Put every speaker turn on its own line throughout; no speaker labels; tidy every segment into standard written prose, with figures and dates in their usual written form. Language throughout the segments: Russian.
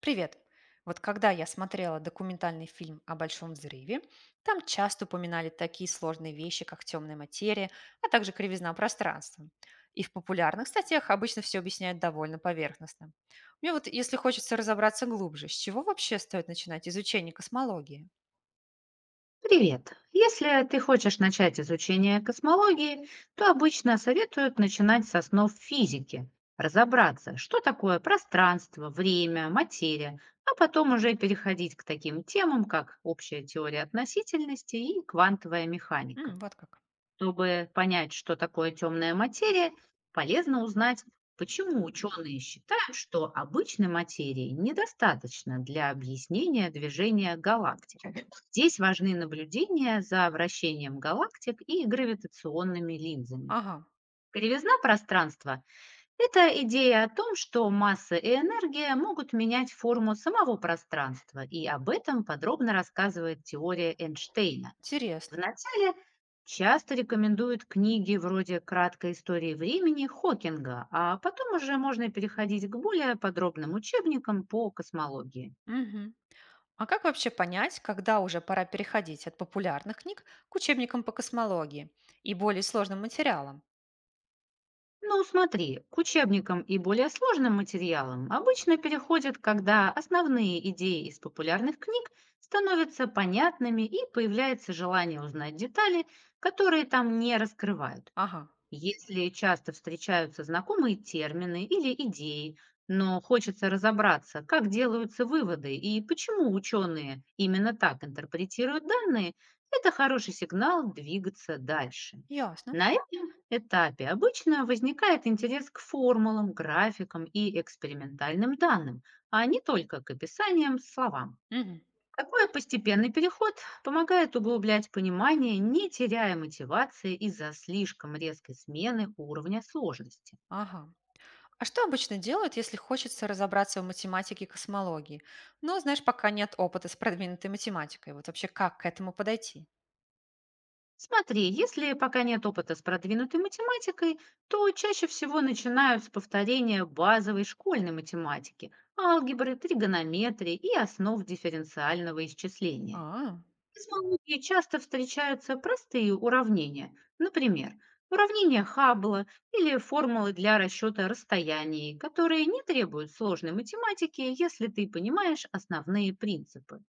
Привет! Вот когда я смотрела документальный фильм о Большом взрыве, там часто упоминали такие сложные вещи, как темная материя, а также кривизна пространства. И в популярных статьях обычно все объясняют довольно поверхностно. Мне вот, если хочется разобраться глубже, с чего вообще стоит начинать изучение космологии?
Привет! Если ты хочешь начать изучение космологии, то обычно советуют начинать с основ физики, разобраться, что такое пространство, время, материя, а потом уже переходить к таким темам, как общая теория относительности и квантовая механика.
М, вот как.
Чтобы понять, что такое темная материя, полезно узнать, почему ученые считают, что обычной материи недостаточно для объяснения движения галактик. Здесь важны наблюдения за вращением галактик и гравитационными линзами.
Ага,
Кривизна пространства – это идея о том, что масса и энергия могут менять форму самого пространства, и об этом подробно рассказывает теория Эйнштейна. В
интересно.
начале часто рекомендуют книги вроде «Краткой истории времени» Хокинга, а потом уже можно переходить к более подробным учебникам по космологии.
Мгм. А как вообще понять, когда уже пора переходить от популярных книг к учебникам по космологии и более сложным материалам?
Ну, смотри, к учебникам и более сложным материалам обычно переходят, когда основные идеи из популярных книг становятся понятными и появляется желание узнать детали, которые там не раскрывают.
Ага,
Если часто встречаются знакомые термины или идеи, но хочется разобраться, как делаются выводы и почему ученые именно так интерпретируют данные, это хороший сигнал двигаться дальше.
ясно.
На этом этапе обычно возникает интерес к формулам, графикам и экспериментальным данным, а не только к описаниям словам.
Мгм.
Такой постепенный переход помогает углублять понимание, не теряя мотивации из-за слишком резкой смены уровня сложности.
Ага. А что обычно делают, если хочется разобраться в математике и космологии? Но, знаешь, пока нет опыта с продвинутой математикой. Вот вообще как к этому подойти?
Смотри, если пока нет опыта с продвинутой математикой, то чаще всего начинают с повторения базовой школьной математики, алгебры, тригонометрии и основ дифференциального исчисления.
А,
В космологии часто встречаются простые уравнения, например, уравнения Хаббла или формулы для расчета расстояний, которые не требуют сложной математики, если ты понимаешь основные принципы.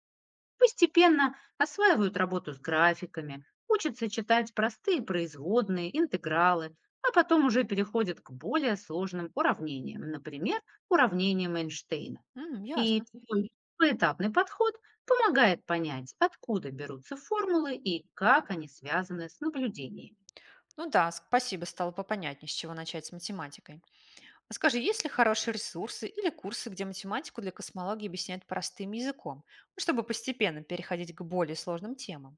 Постепенно осваивают работу с графиками, учатся читать простые производные, интегралы, а потом уже переходят к более сложным уравнениям, например, уравнениям Эйнштейна.
м,
И
ясно.
такой поэтапный подход помогает понять, откуда берутся формулы и как они связаны с наблюдениями.
Ну да, спасибо, стало попонятнее, с чего начать с математикой. А скажи, есть ли хорошие ресурсы или курсы, где математику для космологии объясняют простым языком, ну, чтобы постепенно переходить к более сложным темам?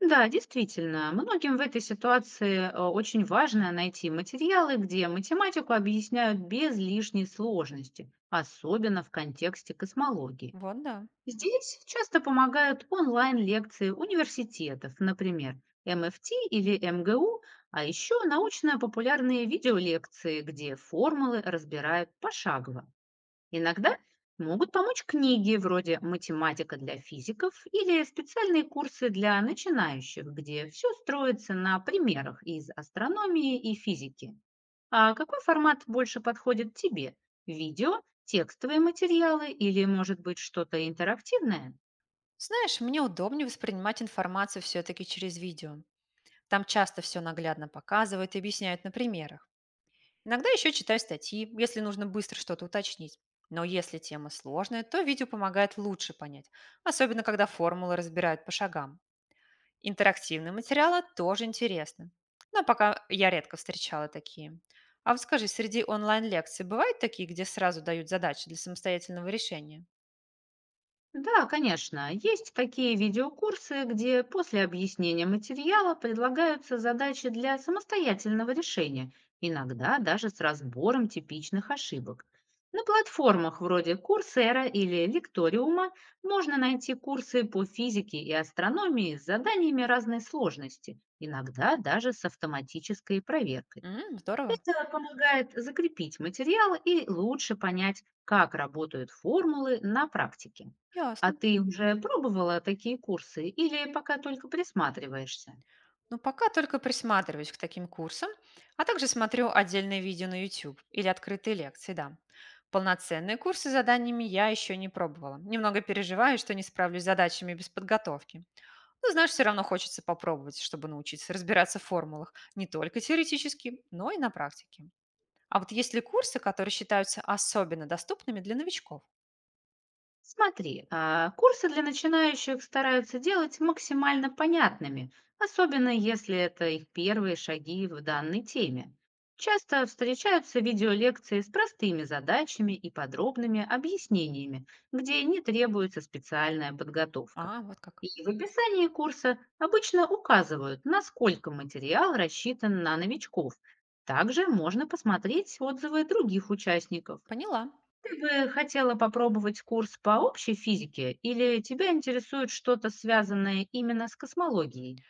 Да, действительно, многим в этой ситуации очень важно найти материалы, где математику объясняют без лишней сложности, особенно в контексте космологии.
Вот да.
Здесь часто помогают онлайн-лекции университетов, например, МФТ или МГУ, а еще научно-популярные видеолекции, где формулы разбирают пошагово. Иногда могут помочь книги вроде «Математика для физиков» или специальные курсы для начинающих, где все строится на примерах из астрономии и физики. А какой формат больше подходит тебе? Видео, текстовые материалы или, может быть, что-то интерактивное?
Знаешь, мне удобнее воспринимать информацию все-таки через видео. Там часто все наглядно показывают и объясняют на примерах. Иногда еще читаю статьи, если нужно быстро что-то уточнить. Но если тема сложная, то видео помогает лучше понять, особенно когда формулы разбирают по шагам. Интерактивные материалы тоже интересны. Но пока я редко встречала такие. А вот скажи, среди онлайн-лекций бывают такие, где сразу дают задачи для самостоятельного решения?
Да, конечно. Есть такие видеокурсы, где после объяснения материала предлагаются задачи для самостоятельного решения, иногда даже с разбором типичных ошибок. На платформах вроде Coursera или Лекториума можно найти курсы по физике и астрономии с заданиями разной сложности, иногда даже с автоматической проверкой.
М, здорово.
Это помогает закрепить материал и лучше понять, как работают формулы на практике. А
Ясно.
ты уже пробовала такие курсы или пока только присматриваешься?
Но пока только присматриваюсь к таким курсам, а также смотрю отдельные видео на YouTube или открытые лекции, да. Полноценные курсы с заданиями я еще не пробовала. Немного переживаю, что не справлюсь с задачами без подготовки. Но, знаешь, все равно хочется попробовать, чтобы научиться разбираться в формулах не только теоретически, но и на практике. А вот есть ли курсы, которые считаются особенно доступными для новичков?
Смотри, курсы для начинающих стараются делать максимально понятными, особенно если это их первые шаги в данной теме. Часто встречаются видеолекции с простыми задачами и подробными объяснениями, где не требуется специальная подготовка.
А, вот как.
И в описании курса обычно указывают, насколько материал рассчитан на новичков. Также можно посмотреть отзывы других участников.
Поняла.
Ты бы хотела попробовать курс по общей физике или тебя интересует что-то, связанное именно с космологией?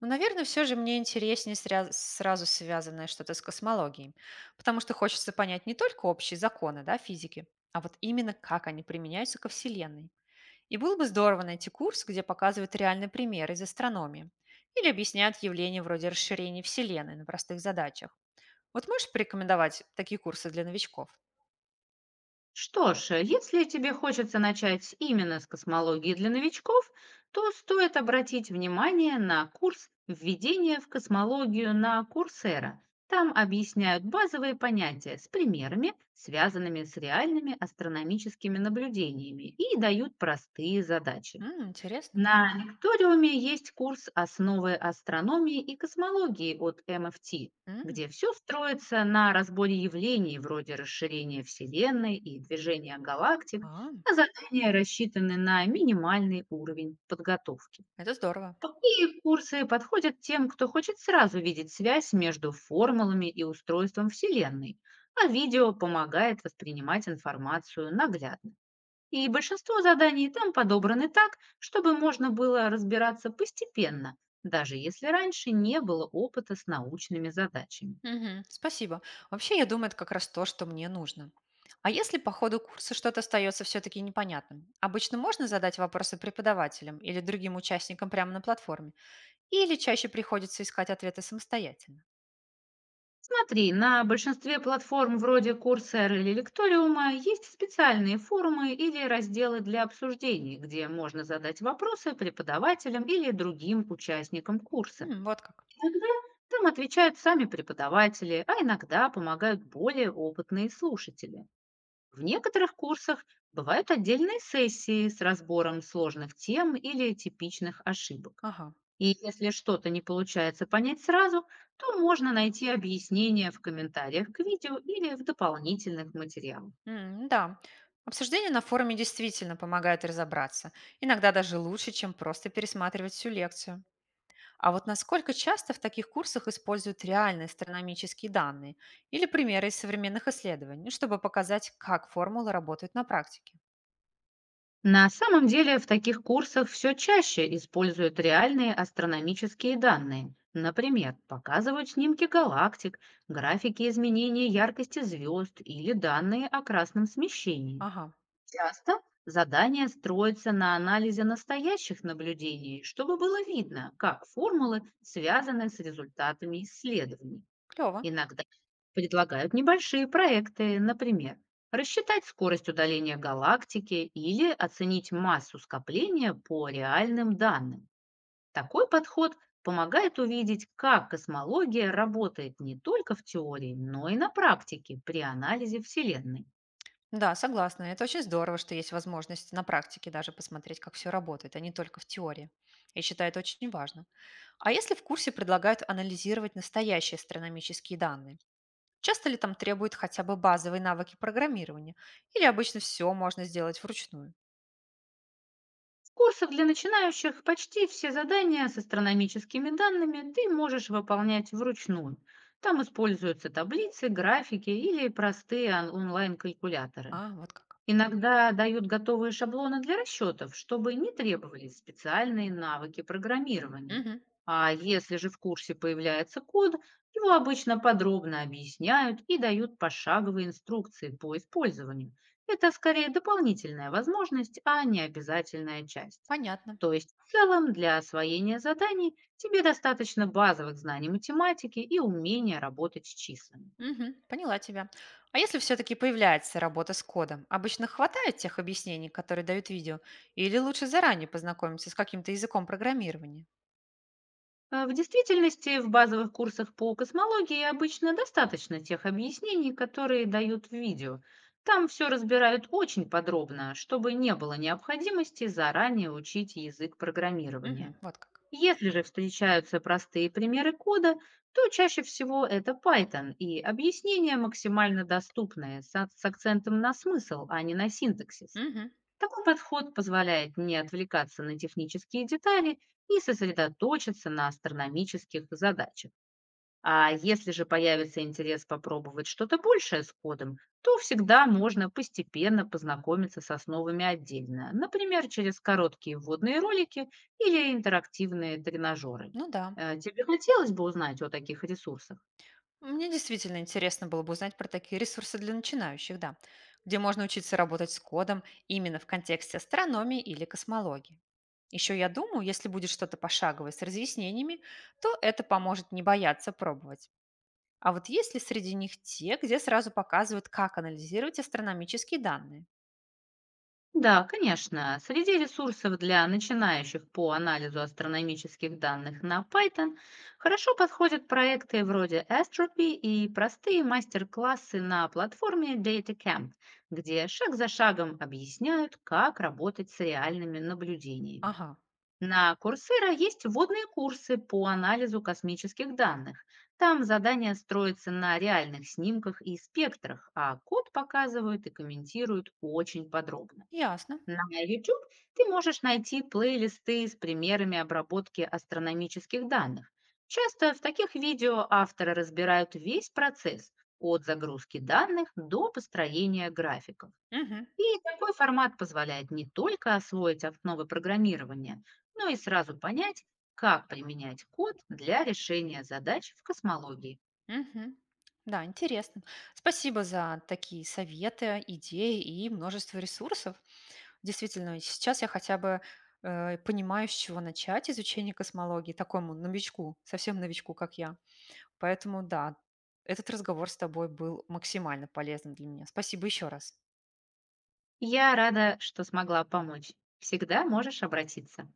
Ну, наверное, все же мне интереснее сразу связанное что-то с космологией, потому что хочется понять не только общие законы да, физики, а вот именно как они применяются ко Вселенной. И было бы здорово найти курс, где показывают реальные примеры из астрономии или объясняют явления вроде расширения Вселенной на простых задачах. Вот можешь порекомендовать такие курсы для новичков?
Что ж, если тебе хочется начать именно с космологии для новичков, то стоит обратить внимание на курс «Введение в космологию» на Курсера. Там объясняют базовые понятия с примерами, связанными с реальными астрономическими наблюдениями, и дают простые задачи.
М, интересно.
На лекториуме есть курс «Основы астрономии и космологии» от МФТ,
М,
где все строится на разборе явлений вроде расширения Вселенной и движения галактик,
а,
а задания рассчитаны на минимальный уровень подготовки.
это здорово.
Такие курсы подходят тем, кто хочет сразу видеть связь между формулами и устройством Вселенной, а видео помогает воспринимать информацию наглядно. И большинство заданий там подобраны так, чтобы можно было разбираться постепенно, даже если раньше не было опыта с научными задачами.
Мгм. Спасибо. Вообще, я думаю, это как раз то, что мне нужно. А если по ходу курса что-то остается все-таки непонятным? Обычно можно задать вопросы преподавателям или другим участникам прямо на платформе? Или чаще приходится искать ответы самостоятельно?
Смотри, на большинстве платформ вроде Coursera или Лекториума есть специальные форумы или разделы для обсуждений, где можно задать вопросы преподавателям или другим участникам курса.
М, вот как.
Иногда там отвечают сами преподаватели, а иногда помогают более опытные слушатели. В некоторых курсах бывают отдельные сессии с разбором сложных тем или типичных ошибок.
Ага.
И если что-то не получается понять сразу, то можно найти объяснение в комментариях к видео или в дополнительных материалах.
М, да. Обсуждение на форуме действительно помогает разобраться. Иногда даже лучше, чем просто пересматривать всю лекцию. А вот насколько часто в таких курсах используют реальные астрономические данные или примеры из современных исследований, чтобы показать, как формулы работают на практике?
На самом деле в таких курсах все чаще используют реальные астрономические данные. Например, показывают снимки галактик, графики изменения яркости звезд или данные о красном смещении.
Ага,
Часто задания строятся на анализе настоящих наблюдений, чтобы было видно, как формулы связаны с результатами исследований.
клево.
Иногда предлагают небольшие проекты, например, рассчитать скорость удаления галактики или оценить массу скопления по реальным данным. Такой подход помогает увидеть, как космология работает не только в теории, но и на практике при анализе Вселенной.
Да, согласна. Это очень здорово, что есть возможность на практике даже посмотреть, как все работает, а не только в теории. Я считаю это очень важно. А если в курсе предлагают анализировать настоящие астрономические данные? Часто ли там требуют хотя бы базовые навыки программирования? Или обычно все можно сделать вручную?
С курсов для начинающих почти все задания с астрономическими данными ты можешь выполнять вручную. Там используются таблицы, графики или простые онлайн-калькуляторы.
А, вот как.
Иногда дают готовые шаблоны для расчетов, чтобы не требовались специальные навыки программирования.
Мгм,
А если же в курсе появляется код, его обычно подробно объясняют и дают пошаговые инструкции по использованию. Это скорее дополнительная возможность, а не обязательная часть.
понятно.
То есть в целом для освоения заданий тебе достаточно базовых знаний математики и умения работать с числами.
Мгм. Поняла тебя. А если все-таки появляется работа с кодом, обычно хватает тех объяснений, которые дают видео, или лучше заранее познакомиться с каким-то языком программирования?
В действительности в базовых курсах по космологии обычно достаточно тех объяснений, которые дают в видео. Там все разбирают очень подробно, чтобы не было необходимости заранее учить язык
Мгм.
программирования.
Вот как.
Если же встречаются простые примеры кода, то чаще всего это Python, и объяснение максимально доступное, с акцентом на смысл, а не на синтаксис.
Мгм.
Такой подход позволяет не отвлекаться на технические детали и сосредоточиться на астрономических задачах. А если же появится интерес попробовать что-то большее с кодом, то всегда можно постепенно познакомиться с основами отдельно, например, через короткие вводные ролики или интерактивные тренажеры.
Ну да.
Тебе хотелось бы узнать о таких ресурсах?
Мне действительно интересно было бы узнать про такие ресурсы для начинающих, да, где можно учиться работать с кодом именно в контексте астрономии или космологии. Еще я думаю, если будет что-то пошаговое с разъяснениями, то это поможет не бояться пробовать. А вот есть ли среди них те, где сразу показывают, как анализировать астрономические данные?
Да, конечно. Среди ресурсов для начинающих по анализу астрономических данных на Python хорошо подходят проекты вроде Astropy и простые мастер-классы на платформе DataCamp, где шаг за шагом объясняют, как работать с реальными наблюдениями.
Ага,
На Coursera есть вводные курсы по анализу космических данных. Там задания строятся на реальных снимках и спектрах, а код показывают и комментируют очень подробно.
ясно.
На YouTube ты можешь найти плейлисты с примерами обработки астрономических данных. Часто в таких видео авторы разбирают весь процесс от загрузки данных до построения графиков.
Мгм,
И такой формат позволяет не только освоить основы программирования, но и сразу понять, как применять код для решения задач в космологии.
мгм. Да, интересно. Спасибо за такие советы, идеи и множество ресурсов. Действительно, сейчас я хотя бы понимаю, с чего начать изучение космологии такому новичку, совсем новичку, как я. Поэтому да, этот разговор с тобой был максимально полезным для меня. Спасибо еще раз.
Я рада, что смогла помочь. Всегда можешь обратиться.